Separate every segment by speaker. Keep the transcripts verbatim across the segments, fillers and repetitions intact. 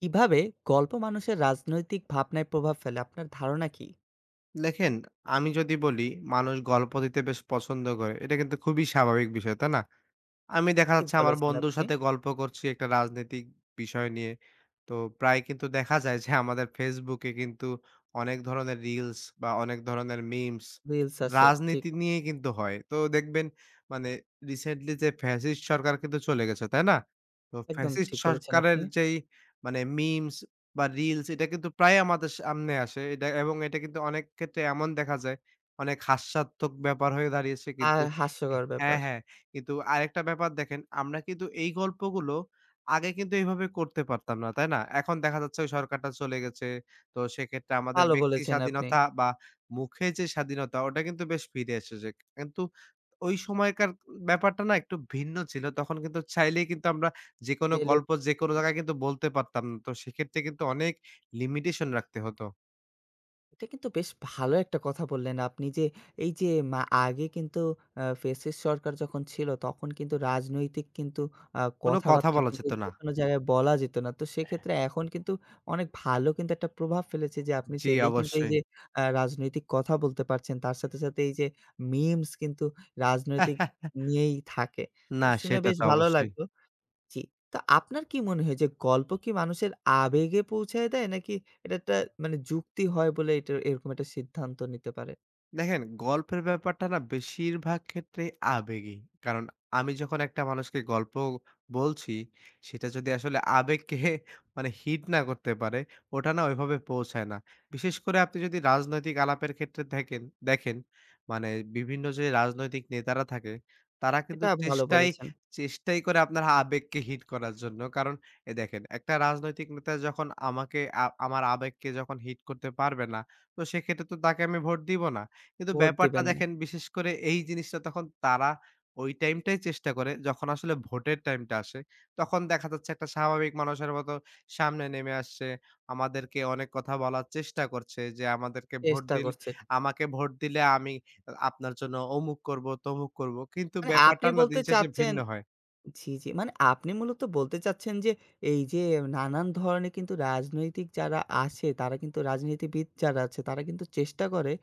Speaker 1: কিভাবে গল্প মানুষের রাজনৈতিক ভাবনায় প্রভাব ফেলে আপনার ধারণা কি?
Speaker 2: দেখেন, আমি যদি বলি মানুষ গল্প দিতে বেশ পছন্দ করে। এটা কিন্তু খুবই স্বাভাবিক বিষয়, তাই না? আমি দেখা
Speaker 1: ঠিক
Speaker 2: যাচ্ছে আমার
Speaker 1: বলেছেন
Speaker 2: বন্ধুর
Speaker 1: আপনি।
Speaker 2: সাথে গল্প করছি একটা রাজনৈতিক বিষয় নিয়ে। তো প্রায় কিন্তু দেখা যায় যে আমাদের ফেসবুকে কিন্তু অনেক ধরনের রিলস বা অনেক ধরনের মিমস
Speaker 1: রিলস আসে। ঠিক।
Speaker 2: রাজনীতি নিয়েই কিন্তু হয়। তো দেখবেন মানে রিসেন্টলি যে ফ্যাসিস্ট সরকার কিন্তু চলে গেছে, তাই না? তো
Speaker 1: একদম
Speaker 2: ফ্যাসিস্ট
Speaker 1: ঠিক বলেছেন
Speaker 2: সরকারের
Speaker 1: আপনি।
Speaker 2: যেই মানে মিমস বা রিলস এটা কিন্তু প্রায় আমাদের সামনে আসে। এটা এবং এটা কিন্তু অনেক ক্ষেত্রে এমন দেখা যায় অনেক হাস্যাত্মক ব্যাপার হয়ে দাঁড়িয়েছে
Speaker 1: আর
Speaker 2: কিন্তু এ
Speaker 1: হাস্যকর
Speaker 2: হ্যাঁ,
Speaker 1: ব্যাপার।
Speaker 2: হ্যাঁ। কিন্তু আরেকটা ব্যাপার দেখেন, আমরা কিন্তু এই গল্পগুলো আগে কিন্তু এভাবে করতে পারতাম না, তাই না? এখন দেখা যাচ্ছে ওই সরকারটা চলে গেছে। তো সেক্ষেত্রে আমাদের
Speaker 1: ভালো
Speaker 2: ব্যক্তি
Speaker 1: বলেছেন আপনি।
Speaker 2: স্বাধীনতা বা মুখে যে স্বাধীনতা ওটা কিন্তু বেশ ফিরে এসেছে। কিন্তু ওই সময়কার ব্যাপারটা না একটু ভিন্ন ছিল। তখন কিন্তু চাইলেই কিন্তু আমরা যেকোনো গল্প যেকোনো জায়গায় কিন্তু বলতে পারতাম না। তো সেক্ষেত্রে কিন্তু অনেক লিমিটেশন রাখতে হতো।
Speaker 1: এটা কিন্তু বেশ ভালো একটা কথা বললেন আপনি যে, এই যে মা আগে কিন্তু আ ফ্যাসিস্ট সরকার যখন ছিল, তখন কিন্তু রাজনৈতিক কিন্তু আ
Speaker 2: কোনো কথা
Speaker 1: কথাবার্তা
Speaker 2: বলা
Speaker 1: কিন্তু
Speaker 2: যেত না।
Speaker 1: যেকোনো জায়গায় বলা যেত না। তো সেক্ষেত্রে এখন কিন্তু অনেক ভালো কিন্তু একটা প্রভাব ফেলেছে যে, আপনি
Speaker 2: জি,
Speaker 1: চাইলেই কিন্তু এই
Speaker 2: অবশ্যই।
Speaker 1: যে আ রাজনৈতিক কথা বলতে পারছেন। তার সাথে, সাথে এই যে মিমস কিন্তু রাজনৈতিক নিয়েই থাকে। তো
Speaker 2: না,
Speaker 1: শুনে
Speaker 2: সেটা
Speaker 1: বেশ
Speaker 2: তো
Speaker 1: ভালো
Speaker 2: অবশ্যই।
Speaker 1: লাগলো। জি। তো আপনার কি মনে হয় যে গল্প কি মানুষের আবেগে পৌঁছায় দেয়? নাকি এটা একটা মানে যুক্তি হয় বলে এটা এরকম একটা সিদ্ধান্ত নিতে পারে?
Speaker 2: দেখেন গল্পের ব্যাপারটা না বেশিরভাগ ক্ষেত্রেই আবেগী। কারণ আমি যখন একটা মানুষকে গল্প বলছি, সেটা যদি আসলে আবেগকে মানে হিট না করতে পারে, ওটা না ওইভাবে পৌঁছায় না। বিশেষ করে আপনি যদি রাজনৈতিক আলাপের ক্ষেত্রে দেখেন দেখেন মানে বিভিন্ন যে রাজনৈতিক নেতারা থাকে, তারা কিন্তু
Speaker 1: এটা ভালো
Speaker 2: চেষ্টাই
Speaker 1: বলেছেন।
Speaker 2: চেষ্টাই করে আপনার আবেগকে হিট করার জন্য। কারণ এই দেখেন একটা রাজনৈতিক নেতা যখন আমাকে আ আমার আবেগকে যখন হিট করতে পারবে না, তো সেক্ষেত্রে তো তাকে আমি ভোট দিব না। কিন্তু
Speaker 1: ভোট
Speaker 2: ব্যাপারটা
Speaker 1: দিবেন না।
Speaker 2: দেখেন বিশেষ করে এই জিনিসটা তখন তারা ওই টাইমটাই চেষ্টা করে যখন আসলে ভোটের টাইমটা আসে। তখন দেখা যাচ্ছে একটা স্বাভাবিক মানুষের মতো সামনে নেমে আসছে। আমাদেরকে অনেক কথা বলার চেষ্টা করছে যে আমাদেরকে ভোট
Speaker 1: চেষ্টা
Speaker 2: দিলে
Speaker 1: করছে।
Speaker 2: আমাকে ভোট দিলে আমি আ আপনার জন্য অমুক করব, তমুক করব। কিন্তু
Speaker 1: মানে
Speaker 2: ব্যাপারটা
Speaker 1: আপনি
Speaker 2: না দিন
Speaker 1: বলতে
Speaker 2: শেষে
Speaker 1: চাচ্ছেন
Speaker 2: ভিন্ন হয়।
Speaker 1: জি, জি। মানে আপনি মূলত বলতে চাচ্ছেন যে, এই যে নানান ধরনের কিন্তু রাজনৈতিক যারা আসে, তারা কিন্তু রাজনীতিবিদ যারা আছে, তারা কিন্তু চেষ্টা করে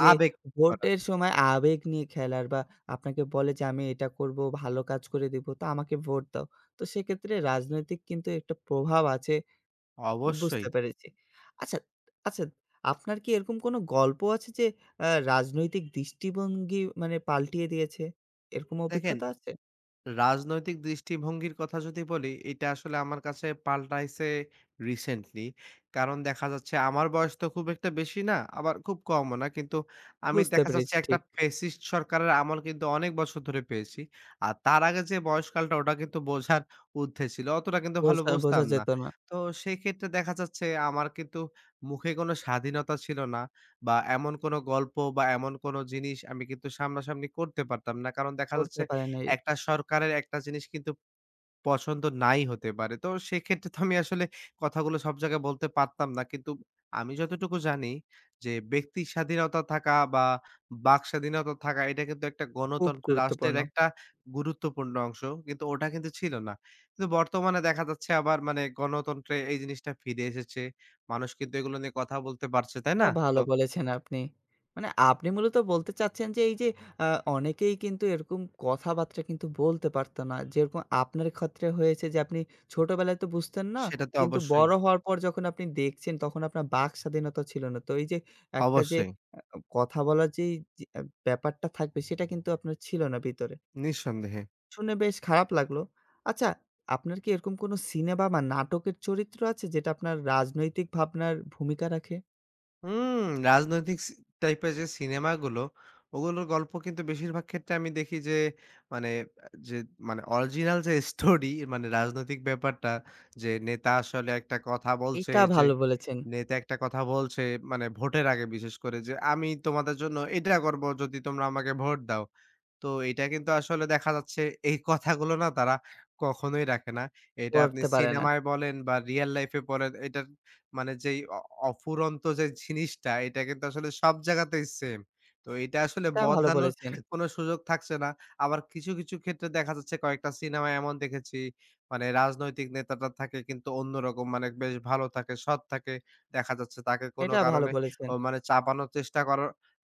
Speaker 1: যে
Speaker 2: আবেগ করার
Speaker 1: ভোটের সময় আবেগ নিয়ে খেলার বা আপনাকে বলে যে, "আমি এটা করব, ভালো কাজ করে দিব, তো আমাকে ভোট দাও।" তো সেক্ষেত্রে রাজনৈতিক কিন্তু একটা প্রভাব আছে,
Speaker 2: অবশ্যই।
Speaker 1: বুঝতে পেরেছি। আচ্ছা, আচ্ছা আপনার কি এরকম কোনো গল্প আছে যে আ রাজনৈতিক দৃষ্টিভঙ্গি মানে পাল্টিয়ে দিয়েছে? এরকম
Speaker 2: দেখেন
Speaker 1: অভিজ্ঞতা আছে?
Speaker 2: রাজনৈতিক দৃষ্টিভঙ্গির কথা যদি বলি, এটা আসলে আমার কাছে পাল্টাইছে রিসেন্টলি। কারণ দেখা যাচ্ছে আমার বয়স তো খুব একটা বেশি না, আবার খুব কমও না। কিন্তু আমি
Speaker 1: বুঝতে
Speaker 2: দেখা যাচ্ছে
Speaker 1: পেরেছি
Speaker 2: একটা
Speaker 1: ঠিক।
Speaker 2: ফ্যাসিস্ট সরকারের আমল কিন্তু অনেক বছর ধরে পেয়েছি। আর তার আগে যে বয়সকালটা ওটা কিন্তু বোঝার ঊর্ধ্বে ছিল। অতটা কিন্তু ভালো
Speaker 1: বোঝা বোঝা
Speaker 2: বুঝতাম না।
Speaker 1: যেত না।
Speaker 2: তো সেক্ষেত্রে দেখা যাচ্ছে আমার কিন্তু মুখে কোনো স্বাধীনতা ছিল না বা এমন কোনো গল্প বা এমন কোনো জিনিস আমি কিন্তু সামনাসামনি করতে পারতাম না। কারণ দেখা
Speaker 1: করতে
Speaker 2: যাচ্ছে
Speaker 1: পারে নাই।
Speaker 2: একটা সরকারের একটা জিনিস কিন্তু পছন্দ নাই হতে পারে। তো সেক্ষেত্রে তো আমি আসলে কথাগুলো সব জায়গায় বলতে পারতাম না। কিন্তু আমি যতটুকু জানি যে ব্যক্তির স্বাধীনতা থাকা বা বাক স্বাধীনতা থাকা এটা কিন্তু একটা
Speaker 1: খুব
Speaker 2: গণতন্ত্র রাষ্ট্রের
Speaker 1: গুরুত্বপূর্ণ।
Speaker 2: একটা গুরুত্বপূর্ণ অংশ। কিন্তু ওটা কিন্তু ছিল না। কিন্তু বর্তমানে দেখা যাচ্ছে আবার মানে গণতন্ত্রে এই জিনিসটা ফিরে এসেছে। মানুষ কিন্তু এগুলো নিয়ে কথা বলতে পারছে, তাই
Speaker 1: তা
Speaker 2: না?
Speaker 1: ভালো
Speaker 2: তো
Speaker 1: বলেছেন আপনি। মানে আপনি মূলত বলতে চাচ্ছেন যে এই যে আ অনেকেই কিন্তু এরকম কথাবার্তা কিন্তু বলতে পারত না। যেরকম আপনার ক্ষেত্রে হয়েছে যে আপনি ছোটবেলায় তো বুঝতেন না।
Speaker 2: সেটা তো
Speaker 1: কিন্তু
Speaker 2: অবশ্যই,
Speaker 1: বড় হওয়ার পর যখন আপনি দেখছেন তখন আপনার বাক স্বাধীনতা ছিল না। তো এই যে একটা যে
Speaker 2: অবশ্যই।
Speaker 1: কথা বলার যেই যে ব্যাপারটা থাকবে সেটা কিন্তু আপনার ছিল না ভিতরে।
Speaker 2: নিঃসন্দেহে।
Speaker 1: শুনে বেশ খারাপ লাগলো। আচ্ছা, আপনার কি এরকম কোনো সিনেমা বা নাটকের চরিত্র আছে যেটা আপনার রাজনৈতিক ভাবনার ভূমিকা রাখে?
Speaker 2: হুম, রাজনৈতিক সি টাইপের যে সিনেমাগুলো, ওগুলোর গল্প কিন্তু বেশিরভাগ ক্ষেত্রে আমি দেখি যে মানে আ যে মানে অরিজিনাল যে স্টোরি মানে রাজনৈতিক ব্যাপারটা যে নেতা আসলে একটা কথা বলছে
Speaker 1: এটা
Speaker 2: এই যে
Speaker 1: ভালো বলেছেন।
Speaker 2: নেতা একটা কথা বলছে মানে ভোটের আগে বিশেষ করে যে, "আমি তোমাদের জন্য এটা করব যদি তোমরা আমাকে ভোট দাও।" তো এটা কিন্তু আসলে দেখা যাচ্ছে এই কথাগুলো না তারা কখনোই রাখে না। এটা আপনি
Speaker 1: করতে পারে না।
Speaker 2: সিনেমায় বলেন বা রিয়াল লাইফ এ বলেন এটার মানে যেই অ অফুরন্ত যে জিনিসটা এটা কিন্তু আসলে সব জায়গাতেই সেম। তো এটা আসলে
Speaker 1: এটা ভালো
Speaker 2: বদলানোর
Speaker 1: বলেছেন,
Speaker 2: কোনো সুযোগ থাকছে না। আবার কিছু, কিছু ক্ষেত্রে দেখা যাচ্ছে কয়েকটা সিনেমায় এমন দেখেছি মানে রাজনৈতিক নেতাটা থাকে কিন্তু অন্যরকম মানে বেশ ভালো থাকে, সৎ থাকে। দেখা যাচ্ছে তাকে কোনো
Speaker 1: এটা ভালো
Speaker 2: কারণে
Speaker 1: বলেছেন।
Speaker 2: ও মানে চাপানোর চেষ্টা করার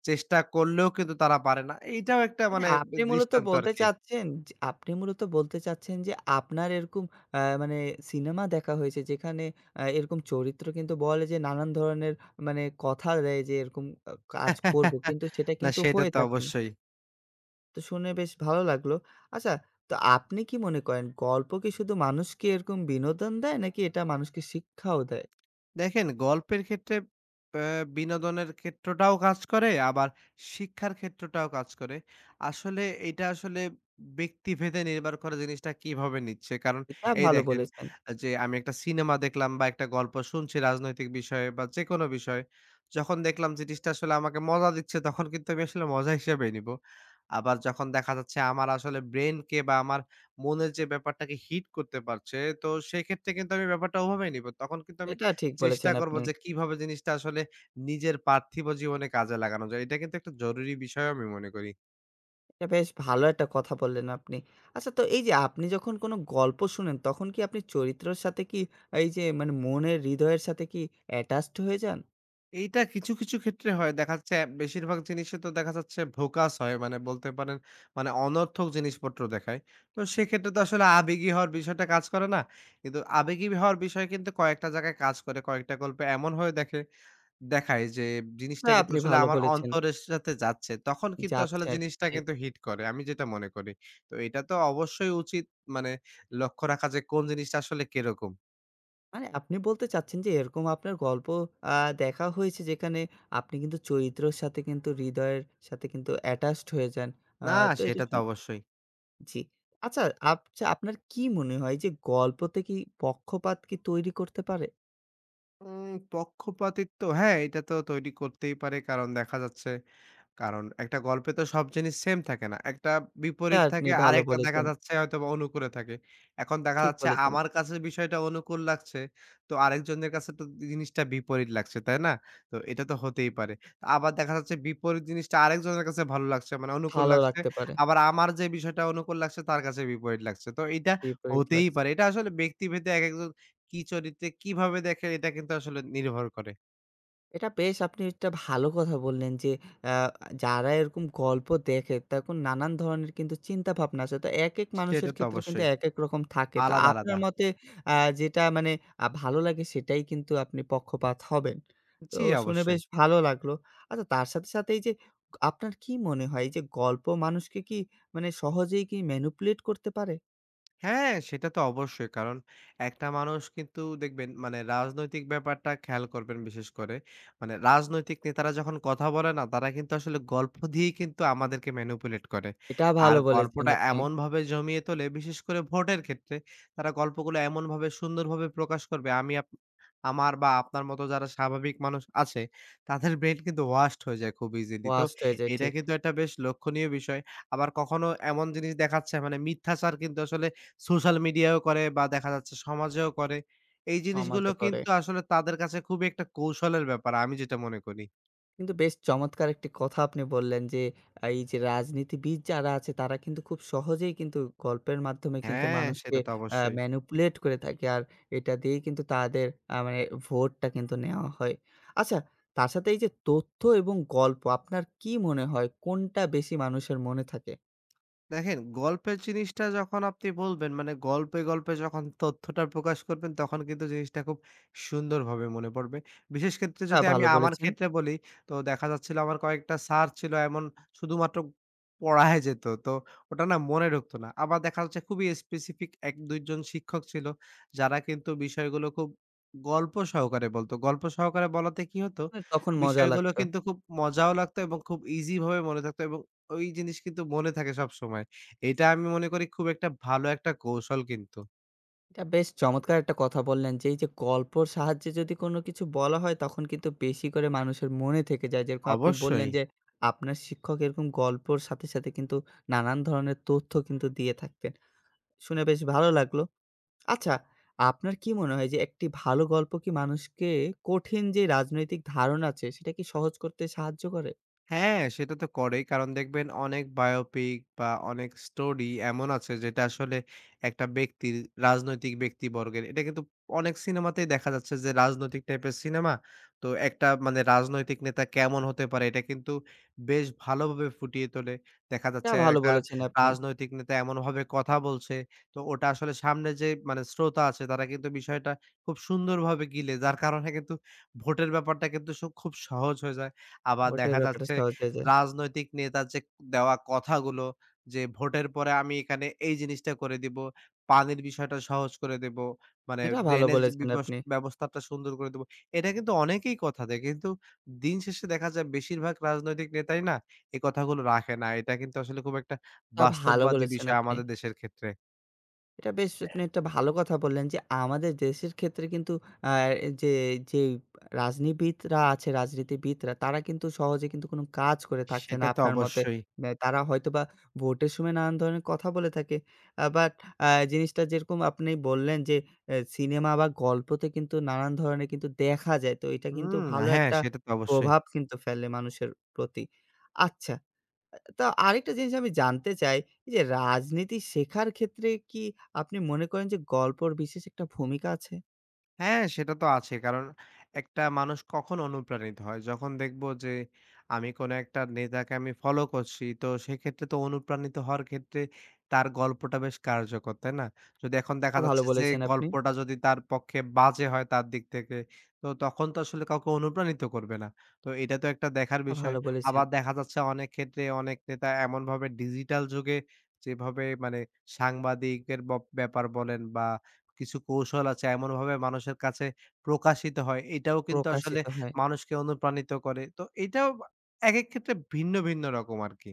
Speaker 2: চেষ্টা করলেও কিন্তু তারা পারে না। এইটাও একটা
Speaker 1: মানে
Speaker 2: মানে
Speaker 1: আপনি মূলত
Speaker 2: দৃষ্টান্ত
Speaker 1: বলতে
Speaker 2: আরকি।
Speaker 1: চাচ্ছেন যে আপনি মূলত বলতে চাচ্ছেন যে আপনার এরকম আ মানে সিনেমা দেখা হয়েছে যেখানে আ এরকম চরিত্র কিন্তু বলে যে নানান ধরনের মানে কথা দেয় যে এরকম আ কাজ করব। কিন্তু সেটা
Speaker 2: না
Speaker 1: কিন্তু
Speaker 2: সেটা
Speaker 1: হয়ে
Speaker 2: তো
Speaker 1: থাকে না।
Speaker 2: অবশ্যই।
Speaker 1: তো শুনে বেশ ভালো লাগলো। আচ্ছা, তো আপনি কি মনে করেন গল্প কি শুধু মানুষকে এরকম বিনোদন দেয় নাকি এটা মানুষকে শিক্ষাও দেয়?
Speaker 2: দেখেন গল্পের ক্ষেত্রে আ বিনোদনের ক্ষেত্রটাও কাজ করে আবার শিক্ষার ক্ষেত্রটাও কাজ করে। আসলে এটা আসলে ব্যক্তিভেদে নির্ভর করে জিনিসটা কিভাবে নিচ্ছে। কারণ
Speaker 1: এটা
Speaker 2: এই
Speaker 1: ভালো
Speaker 2: দেখেন
Speaker 1: বলেছেন।
Speaker 2: যে আমি একটা সিনেমা দেখলাম বা একটা গল্প শুনছি রাজনৈতিক বিষয়ে বা যেকোনো বিষয়ে। যখন দেখলাম জিনিসটা আসলে আমাকে মজা দিচ্ছে তখন কিন্তু আমি আসলে মজা হিসেবেই নিবো। আবার যখন দেখা যাচ্ছে আমার আসলে ব্রেইনকে বা আমার মনের যে ব্যাপারটাকে হিট করতে পারছে তো সেক্ষেত্রে কিন্তু আমি ব্যাপারটা ওভাবেই নিবো। তখন কিন্তু আমি
Speaker 1: এটা ঠিক
Speaker 2: চেষ্টা
Speaker 1: বলেছেন
Speaker 2: করব
Speaker 1: আপনি।
Speaker 2: যে কিভাবে জিনিসটা আসলে নিজের পার্থিব জীবনে কাজে লাগানো যায়। এটা কিন্তু একটা জরুরি বিষয় আমি মনে করি।
Speaker 1: এটা বেশ ভালো একটা কথা বললেন আপনি। আচ্ছা তো এই যে আপনি যখন কোনো গল্প শুনেন তখন কি আপনি চরিত্রের সাথে কি এই যে মানে মনের হৃদয়ের সাথে কি attached হয়ে যান?
Speaker 2: এইটা কিছু, কিছু ক্ষেত্রে হয়। দেখা যাচ্ছে বেশিরভাগ জিনিসে তো দেখা যাচ্ছে ভোকাস হয়। মানে বলতে পারেন মানে অনর্থক জিনিসপত্র দেখায়। তো সেক্ষেত্রে তো আসলে আবেগী হওয়ার বিষয়টা কাজ করে না। কিন্তু আবেগী হওয়ার বিষয় কিন্তু কয়েকটা জায়গায় কাজ করে। কয়েকটা গল্পে এমন হয়ে দেখে দেখায় যে জিনিসটা
Speaker 1: এটা
Speaker 2: কিন্তু
Speaker 1: আপনি
Speaker 2: আসলে
Speaker 1: ভালো
Speaker 2: আমার
Speaker 1: বলেছেন।
Speaker 2: অন্তরের সাথে যাচ্ছে। তখন কিন্তু আসলে
Speaker 1: যাচ্ছে
Speaker 2: জিনিসটা
Speaker 1: ঠিক।
Speaker 2: কিন্তু হিট করে। আমি যেটা মনে করি। তো এটা তো অবশ্যই উচিত মানে লক্ষ্য রাখা যে কোন জিনিসটা আসলে কিরকম।
Speaker 1: মানে আপনি বলতে চাচ্ছেন যে এরকম আপনার গল্প আ দেখা হয়েছে যেখানে আপনি কিন্তু চরিত্রর সাথে কিন্তু হৃদয়ের সাথে কিন্তু অ্যাটাচড হয়ে যান। আ
Speaker 2: না
Speaker 1: তো এটা
Speaker 2: সেটা তো
Speaker 1: শুন
Speaker 2: অবশ্যই।
Speaker 1: জি। আচ্ছা আচ্ছা আপনার কি মনে হয় যে গল্পতে কি পক্ষপাত কি তৈরি করতে পারে?
Speaker 2: উম পক্ষপাতিত্ব হ্যাঁ, এটা তো তৈরি করতেই পারে। কারণ দেখা যাচ্ছে কারণ একটা গল্পে তো সব জিনিস সেম থাকে না। একটা
Speaker 1: এটা
Speaker 2: বিপরীত
Speaker 1: আপনি
Speaker 2: থাকে,
Speaker 1: ভালো
Speaker 2: আরেকটা দেখা
Speaker 1: বলেছেন।
Speaker 2: যাচ্ছে হয়তোবা অনুকূলে থাকে। এখন দেখা
Speaker 1: ঠিক
Speaker 2: যাচ্ছে
Speaker 1: বলেছেন।
Speaker 2: আমার কাছে বিষয়টা অনুকূল লাগছে, তো আরেকজনের কাছে তো জিনিসটা বিপরীত লাগছে, তাই না? তো এটা তো হতেই পারে। আবার দেখা যাচ্ছে বিপরীত জিনিসটা আরেকজনের কাছে ভালো লাগছে মানে অনুকূল
Speaker 1: ভালো
Speaker 2: লাগছে।
Speaker 1: লাগতে পারে।
Speaker 2: আবার আমার যে বিষয়টা অনুকূল লাগছে তার কাছে বিপরীত লাগছে। তো এটা
Speaker 1: বিপরীত
Speaker 2: হতেই
Speaker 1: লাগছে।
Speaker 2: পারে। এটা আসলে ব্যক্তিভেদে একেকজন কি চরিত্রে কিভাবে দেখে এটা কিন্তু আসলে নির্ভর করে।
Speaker 1: এটা বেশ আপনি একটা ভালো কথা বললেন যে আ যারা এরকম গল্প দেখে তখন নানান ধরনের কিন্তু চিন্তা ভাবনা আসে। তো একেক
Speaker 2: সেটা
Speaker 1: মানুষের
Speaker 2: তো
Speaker 1: ক্ষেত্রে কিন্তু
Speaker 2: অবশ্যই।
Speaker 1: একেক রকম থাকে। তো
Speaker 2: আলাদা,
Speaker 1: আপনার
Speaker 2: আলাদা।
Speaker 1: মতে আ যেটা মানে আ ভালো লাগে সেটাই কিন্তু আপনি পক্ষপাত হবেন। তো
Speaker 2: জি,
Speaker 1: শুনে
Speaker 2: অবশ্যই।
Speaker 1: বেশ ভালো লাগলো। আচ্ছা তার সাথে, সাথে এই যে আপনার কি মনে হয় এই যে গল্প মানুষকে কি মানে সহজেই কি ম্যানিপুলেট করতে পারে?
Speaker 2: হ্যাঁ, সেটা তো অবশ্যই। কারণ একটা মানুষ কিন্তু দেখবেন মানে রাজনৈতিক ব্যাপারটা খেয়াল করবেন বিশেষ করে। মানে রাজনৈতিক নেতারা যখন কথা বলে না, তারা কিন্তু আসলে গল্প দিয়েই কিন্তু আমাদেরকে ম্যানিপুলেট করে।
Speaker 1: এটা
Speaker 2: আর
Speaker 1: ভালো বলেছেন
Speaker 2: গল্পটা
Speaker 1: আপনি।
Speaker 2: এমনভাবে জমিয়ে তোলে বিশেষ করে ভোটের ক্ষেত্রে, তারা গল্পগুলো এমনভাবে সুন্দরভাবে প্রকাশ করবে আমি আপ আমার বা আপনার মতো যারা স্বাভাবিক মানুষ আছে, তাদের ব্রেইন কিন্তু ওয়াশড হয়ে যায় খুব ইজিলি। তো
Speaker 1: ওয়াস্ট হয়ে যায়
Speaker 2: এটা
Speaker 1: ঠিক।
Speaker 2: কিন্তু একটা বেশ লক্ষণীয় বিষয়। আবার কখনো এমন জিনিস দেখাচ্ছে মানে মিথ্যাচার কিন্তু আসলে সোশ্যাল মিডিয়ায়ও করে বা দেখা যাচ্ছে সমাজেও করে। এই জিনিসগুলো
Speaker 1: সমাজে করে।
Speaker 2: কিন্তু আসলে তাদের কাছে খুবই একটা কৌশলের ব্যাপার আমি যেটা মনে করি।
Speaker 1: কিন্তু বেশ চমৎকার একটি কথা আপনি বললেন যে, আ এই যে রাজনীতিবিদ যারা আছে তারা কিন্তু খুব সহজেই কিন্তু গল্পের মাধ্যমে কিন্তু
Speaker 2: হ্যাঁ,
Speaker 1: মানুষকে
Speaker 2: সেটা তো
Speaker 1: আ
Speaker 2: অবশ্যই।
Speaker 1: ম্যানিপুলেট করে থাকে। আর এটা দিয়েই কিন্তু তাদের আ মানে ভোটটা কিন্তু নেওয়া হয়। আচ্ছা, তার সাথে এই যে তথ্য এবং গল্প আপনার কি মনে হয় কোনটা বেশি মানুষের মনে থাকে?
Speaker 2: দেখেন, গল্পের জিনিসটা যখন আপনি বলবেন মানে গল্পে, গল্পে যখন তথ্যটা প্রকাশ করবেন তখন কিন্তু জিনিসটা খুব সুন্দরভাবে মনে পড়বে। বিশেষ ক্ষেত্রে
Speaker 1: তা
Speaker 2: যদি আমি
Speaker 1: ভালো
Speaker 2: আমার
Speaker 1: বলেছেন।
Speaker 2: ক্ষেত্রে বলি, তো দেখা যাচ্ছিল আমার কয়েকটা স্যার ছিল এমন শুধুমাত্র পড়ায় যেত। তো ওটা না মনে ঢুকত না। আবার দেখা যাচ্ছে খুবই স্পেসিফিক এক দুই জন শিক্ষক ছিল যারা কিন্তু বিষয়গুলো খুব গল্প সহকারে বলত। গল্প সহকারে বলাতে কি হতো?
Speaker 1: মানে তখন মজা
Speaker 2: বিষয়গুলো
Speaker 1: লাগতো।
Speaker 2: কিন্তু খুব মজাও লাগতো এবং খুব ইজি ভাবে মনে থাকতো এবং ওই জিনিস কিন্তু মনে থাকে সবসময়। এটা আমি মনে করি খুব একটা ভালো একটা কৌশল কিন্তু।
Speaker 1: এটা বেশ চমৎকার একটা কথা বললেন যে, এই যে গল্পর সাহায্যে যদি কোনো কিছু বলা হয়, তখন কিন্তু বেশি করে মানুষের মনে থেকে যায়। যেরকম আপনি
Speaker 2: অবশ্যই।
Speaker 1: বললেন যে, আপনার শিক্ষক এরকম গল্পর সাথে, সাথে কিন্তু নানান ধরনের তথ্য কিন্তু দিয়ে থাকতেন। শুনে বেশ ভালো লাগলো। আচ্ছা, আপনার কি মনে হয় যে, একটি ভালো গল্প কি মানুষকে কঠিন যে রাজনৈতিক ধারণা আছে, সেটা কি সহজ করতে সাহায্য করে?
Speaker 2: হ্যাঁ, সেটা তো করেই। কারণ দেখবেন অনেক বায়োপিক বা অনেক স্টোরি এমন আছে যেটা আসলে একটা ব্যক্তির, রাজনৈতিক ব্যক্তিবর্গের এটা কিন্তু অনেক সিনেমাতেই দেখা যাচ্ছে যে রাজনৈতিক টাইপের সিনেমা। তো একটা মানে রাজনৈতিক নেতা কেমন হতে পারে এটা কিন্তু বেশ ভালোভাবে ফুটিয়ে তোলে। দেখা
Speaker 1: এটা
Speaker 2: যাচ্ছে
Speaker 1: ভালো
Speaker 2: একটা
Speaker 1: বলেছেন আপনি।
Speaker 2: রাজনৈতিক নেতা এমনভাবে কথা বলছে, তো ওটা আসলে সামনে যে মানে শ্রোতা আছে তারা কিন্তু বিষয়টা খুব সুন্দরভাবে গিলে যার কারণে কিন্তু ভোটের ব্যাপারটা কিন্তু স খুব সহজ হয়ে যায়। আবার
Speaker 1: ভোটের
Speaker 2: দেখা
Speaker 1: ব্যাপারটা
Speaker 2: যাচ্ছে
Speaker 1: সহজ হয়ে যায়।
Speaker 2: রাজনৈতিক নেতার যে দেওয়া কথাগুলো যে ভোটের পরে আমি এখানে এই জিনিসটা করে দিব, পানির বিষয়টা সহজ করে দেব, মানে
Speaker 1: এটা ভালো
Speaker 2: ড্রেনেজ
Speaker 1: বলেছেন
Speaker 2: বিবস
Speaker 1: আপনি।
Speaker 2: ব্যবস্থাটা সুন্দর করে দেব। এটা কিন্তু অনেকেই কথা দেয়। কিন্তু দিন শেষে দেখা যায় বেশিরভাগ রাজনৈতিক নেতাই না এই কথাগুলো রাখে না। এটা কিন্তু আসলে খুব একটা
Speaker 1: এটা ভালো
Speaker 2: বাস্তববাদী
Speaker 1: বলেছেন
Speaker 2: বিষয়
Speaker 1: আপনি।
Speaker 2: আমাদের দেশের ক্ষেত্রে।
Speaker 1: এটা বেশ আপনি একটা ভালো কথা বললেন যে আমাদের দেশের ক্ষেত্রে কিন্তু আ যে যে রাজনীবিদরা আছে, রাজনীতিবিদরা তারা কিন্তু সহজে কিন্তু কোনো কাজ করে থাকছে না
Speaker 2: সেটা তো
Speaker 1: আপনার মতে।
Speaker 2: অবশ্যই।
Speaker 1: আ তারা হয়তোবা ভোটের সময় নানান ধরনের কথা বলে থাকে। আ বাট আ জিনিসটা যেরকম আপনি বললেন যে এ সিনেমা বা গল্পতে কিন্তু নানান ধরনের কিন্তু দেখা যায়। তো এটা কিন্তু
Speaker 2: হুম,
Speaker 1: ভালো
Speaker 2: হ্যাঁ,
Speaker 1: একটা
Speaker 2: সেটা তো অবশ্যই।
Speaker 1: প্রভাব কিন্তু ফেলে মানুষের প্রতি। আচ্ছা তো আরেকটা জিনিস আমি জানতে চাই, এই যে রাজনীতি শেখার ক্ষেত্রে কি আপনি মনে করেন যে গল্পর বিশেষ একটা ভূমিকা আছে?
Speaker 2: হ্যাঁ, সেটা তো আছে। কারণ একটা মানুষ কখন অনুপ্রাণিত হয়? যখন দেখব যে আমি কোনো একটা নেতাকে আমি ফলো করছি, তো সেক্ষেত্রে তো অনুপ্রাণিত হওয়ার ক্ষেত্রে তার গল্পটা বেশ কার্যকর, তাই না? যদি এখন দেখা
Speaker 1: এটা ভালো
Speaker 2: যাচ্ছে যে
Speaker 1: বলেছেন আপনি।
Speaker 2: গল্পটা যদি তার পক্ষে বাজে হয় তার দিক থেকে, তো তখন তো আসলে কাউকে অনুপ্রাণিত করবে না। তো এটা তো একটা দেখার
Speaker 1: এটা
Speaker 2: বিষয়।
Speaker 1: ভালো বলেছেন।
Speaker 2: আবার দেখা যাচ্ছে অনেক ক্ষেত্রে অনেক নেতা এমনভাবে ডিজিটাল যুগে যেভাবে মানে সাংবাদিকের বপ ব্যাপার বলেন বা কিছু কৌশল আছে এমনভাবে মানুষের কাছে প্রকাশিত হয়। এটাও কিন্তু আসলে
Speaker 1: প্রকাশিত হয়।
Speaker 2: মানুষকে অনুপ্রাণিত করে। তো এটাও বা একেক ক্ষেত্রে ভিন্ন, ভিন্ন রকম আরকি।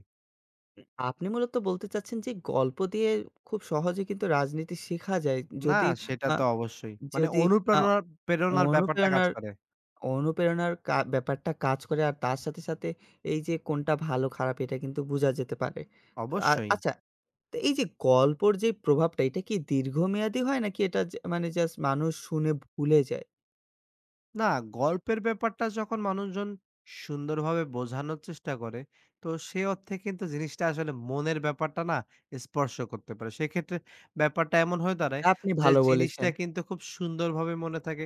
Speaker 1: আপনি মূলত বলতে চাচ্ছেন যে গল্প দিয়ে খুব সহজে কিন্তু রাজনীতি শেখা যায়।
Speaker 2: না
Speaker 1: যদি
Speaker 2: সেটা
Speaker 1: আ
Speaker 2: তো অবশ্যই। মানে
Speaker 1: যদি আ
Speaker 2: অনুপ্রেরণার প্রেরণার ব্যাপারটা কাজ
Speaker 1: অনুপ্রেরণার
Speaker 2: করে।
Speaker 1: অনুপ্রেরণার কা ব্যাপারটা কাজ করে আর তার সাথে, সাথে এই যে কোনটা ভালো খারাপ এটা কিন্তু বুঝা যেতে পারে। তো আ
Speaker 2: অবশ্যই।
Speaker 1: আচ্ছা তো এই যে গল্পর যে প্রভাবটা, এটা কি দীর্ঘমেয়াদী হয়? নাকি এটা যে মানে জাস্ট মানুষ শুনে ভুলে যায়?
Speaker 2: না, গল্পের ব্যাপারটা যখন মানুষজন সুন্দরভাবে বোঝানোর চেষ্টা করে, তো সে অর্থে কিন্তু জিনিসটা আসলে মনের ব্যাপারটা না স্পর্শ করতে পারে। সেক্ষেত্রে ব্যাপারটা এমন হয়ে দাঁড়ায়
Speaker 1: এটা আপনি
Speaker 2: যে
Speaker 1: ভালো বলেছেন।
Speaker 2: জিনিসটা কিন্তু খুব সুন্দরভাবে মনে থাকে।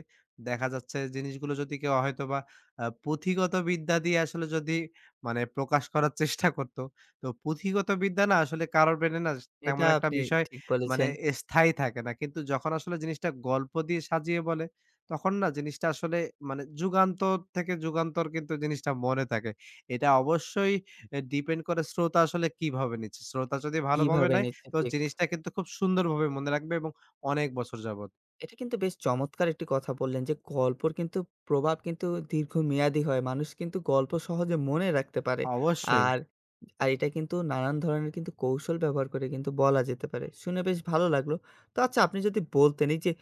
Speaker 2: দেখা যাচ্ছে জিনিসগুলো যদি কেউ হয়তোবা আ পুঁথিগত বিদ্যা দিয়ে আসলে যদি মানে প্রকাশ করার চেষ্টা করত, তো পুঁথিগত বিদ্যা না আসলে কারোর ব্রেনে না তেমন
Speaker 1: এটা
Speaker 2: একটা
Speaker 1: আপনি
Speaker 2: বিষয়
Speaker 1: ঠিক
Speaker 2: মানে
Speaker 1: বলেছেন।
Speaker 2: স্থায়ী থাকে না। কিন্তু যখন আসলে জিনিসটা গল্প দিয়ে সাজিয়ে বলে তখন না জিনিসটা আসলে মানে যুগান্তর থেকে যুগান্তর কিন্তু জিনিসটা মনে থাকে। এটা অবশ্যই এ ডিপেন্ড করে শ্রোতা আসলে কিভাবে নিচ্ছে। শ্রোতা যদি ভালোভাবে
Speaker 1: কিভাবে
Speaker 2: নেয়
Speaker 1: নিচ্ছে
Speaker 2: তো
Speaker 1: ঠিক।
Speaker 2: জিনিসটা কিন্তু খুব সুন্দরভাবে মনে রাখবে এবং অনেক বছর যাবত।
Speaker 1: এটা কিন্তু বেশ চমৎকার একটি কথা বললেন যে, গল্পর কিন্তু প্রভাব কিন্তু দীর্ঘমেয়াদী হয়। মানুষ কিন্তু গল্প সহজে মনে রাখতে পারে।
Speaker 2: অবশ্যই।
Speaker 1: আর, আর এটা কিন্তু নানান ধরনের কিন্তু কৌশল ব্যবহার করে কিন্তু বলা যেতে পারে। শুনে বেশ ভালো লাগলো। তো আচ্ছা আপনি যদি বলতেন এই যে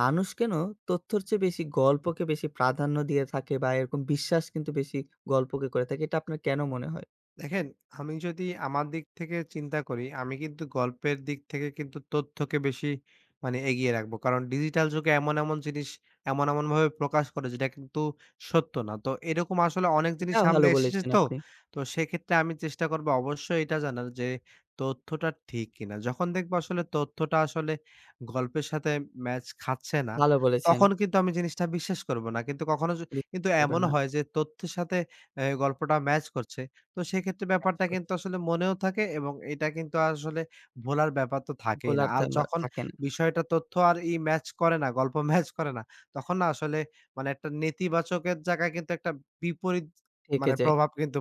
Speaker 1: মানুষ কেন তথ্যর চেয়ে বেশি গল্পকে বেশি প্রাধান্য দিয়ে থাকে বা এরকম বিশ্বাস কিন্তু বেশি গল্পকে করে থাকে। এটা আপনার কেন মনে হয়?
Speaker 2: দেখেন, আমি যদি আমার দিক থেকে চিন্তা করি, আমি কিন্তু গল্পের দিক থেকে কিন্তু তথ্যকে বেশি মানে এগিয়ে রাখবো। কারণ ডিজিটাল যুগে এমন, এমন জিনিস এমন, এমনভাবে প্রকাশ করে যেটা কিন্তু সত্য না। তো এরকম আসলে অনেক জিনিস
Speaker 1: এটা
Speaker 2: সামনে
Speaker 1: ভালো
Speaker 2: এসেছে
Speaker 1: বলেছেন
Speaker 2: তো।
Speaker 1: আপনি।
Speaker 2: তো সেক্ষেত্রে আমি চেষ্টা করবো অবশ্যই এটা জানার যে তথ্যটা ঠিক কিনা। যখন দেখবো আসলে তথ্যটা আসলে গল্পের সাথে ম্যাচ খাচ্ছে না,
Speaker 1: ভালো বলেছেন।
Speaker 2: তখন কিন্তু আমি জিনিসটা বিশ্বাস করব না। কিন্তু কখনো য
Speaker 1: বিশ্বাস
Speaker 2: কিন্তু
Speaker 1: করবেন
Speaker 2: এমনও
Speaker 1: না।
Speaker 2: হয় যে তথ্যের সাথে অ্যা গল্পটা ম্যাচ করছে। তো সেক্ষেত্রে
Speaker 1: কাজ
Speaker 2: ব্যাপারটা
Speaker 1: করছে।
Speaker 2: কিন্তু আসলে মনেও থাকে এবং এটা কিন্তু আসলে ভোলার ব্যাপার তো থাকেই না।
Speaker 1: গোলার
Speaker 2: আর
Speaker 1: তেমা
Speaker 2: যখন
Speaker 1: থাকে না।
Speaker 2: বিষয়টা তথ্য আর ই ম্যাচ করে না, গল্প ম্যাচ করে না, তখন না আসলে মানে একটা নেতিবাচকের জায়গায় কিন্তু একটা বিপরীত
Speaker 1: থেকে
Speaker 2: মানে
Speaker 1: যায়।
Speaker 2: প্রভাব কিন্তু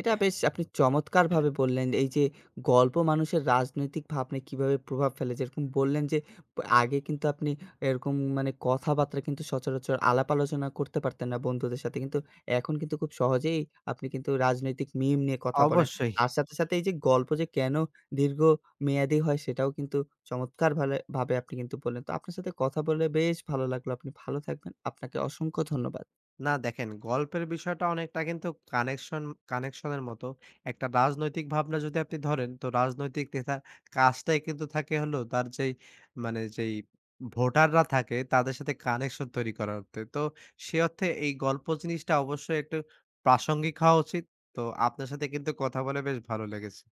Speaker 1: এটা বেশ আপনি চমৎকারভাবে বললেন। এই যে গল্প মানুষের রাজনৈতিক ভাবনায় কিভাবে প্রভাব ফেলে। যেরকম বললেন যে প- আগে কিন্তু আপনি এরকম মানে কথাবার্তা কিন্তু সচরাচর আলাপ আলোচনা করতে পারতেন না বন্ধুদের সাথে। কিন্তু এখন কিন্তু খুব সহজেই আপনি কিন্তু রাজনৈতিক মিম নিয়ে কথা বলেন।
Speaker 2: অবশ্যই।
Speaker 1: তার সাথে, সাথে এই যে গল্প যে কেন দীর্ঘমেয়াদী হয় সেটাও কিন্তু চমৎকার ভালে ভাবে আপনি কিন্তু বললেন। তো আপনার সাথে কথা বলে বেশ ভালো লাগলো। আপনি ভালো থাকবেন। আপনাকে অসংখ্য ধন্যবাদ।
Speaker 2: না দেখেন, গল্পের বিষয়টা অনেকটা কিন্তু কানেকশন কানেকশনের মতো। একটা রাজনৈতিক ভাবনা যদি আপনি ধরেন, তো রাজনৈতিক নেতার কাজটাই কিন্তু থাকে হলো তার যেই মানে যেই ভোটাররা থাকে তাদের সাথে কানেকশন তৈরি করা অর্থে। তো সে অর্থে এই গল্প জিনিসটা অবশ্যই একটু প্রাসঙ্গিক হওয়া উচিত। তো আপনার সাথে কিন্তু কথা বলে বেশ ভালো লেগেছে।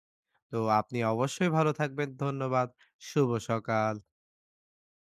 Speaker 2: তো আপনি অবশ্যই ভালো থাকবেন। ধন্যবাদ। শুভ সকাল।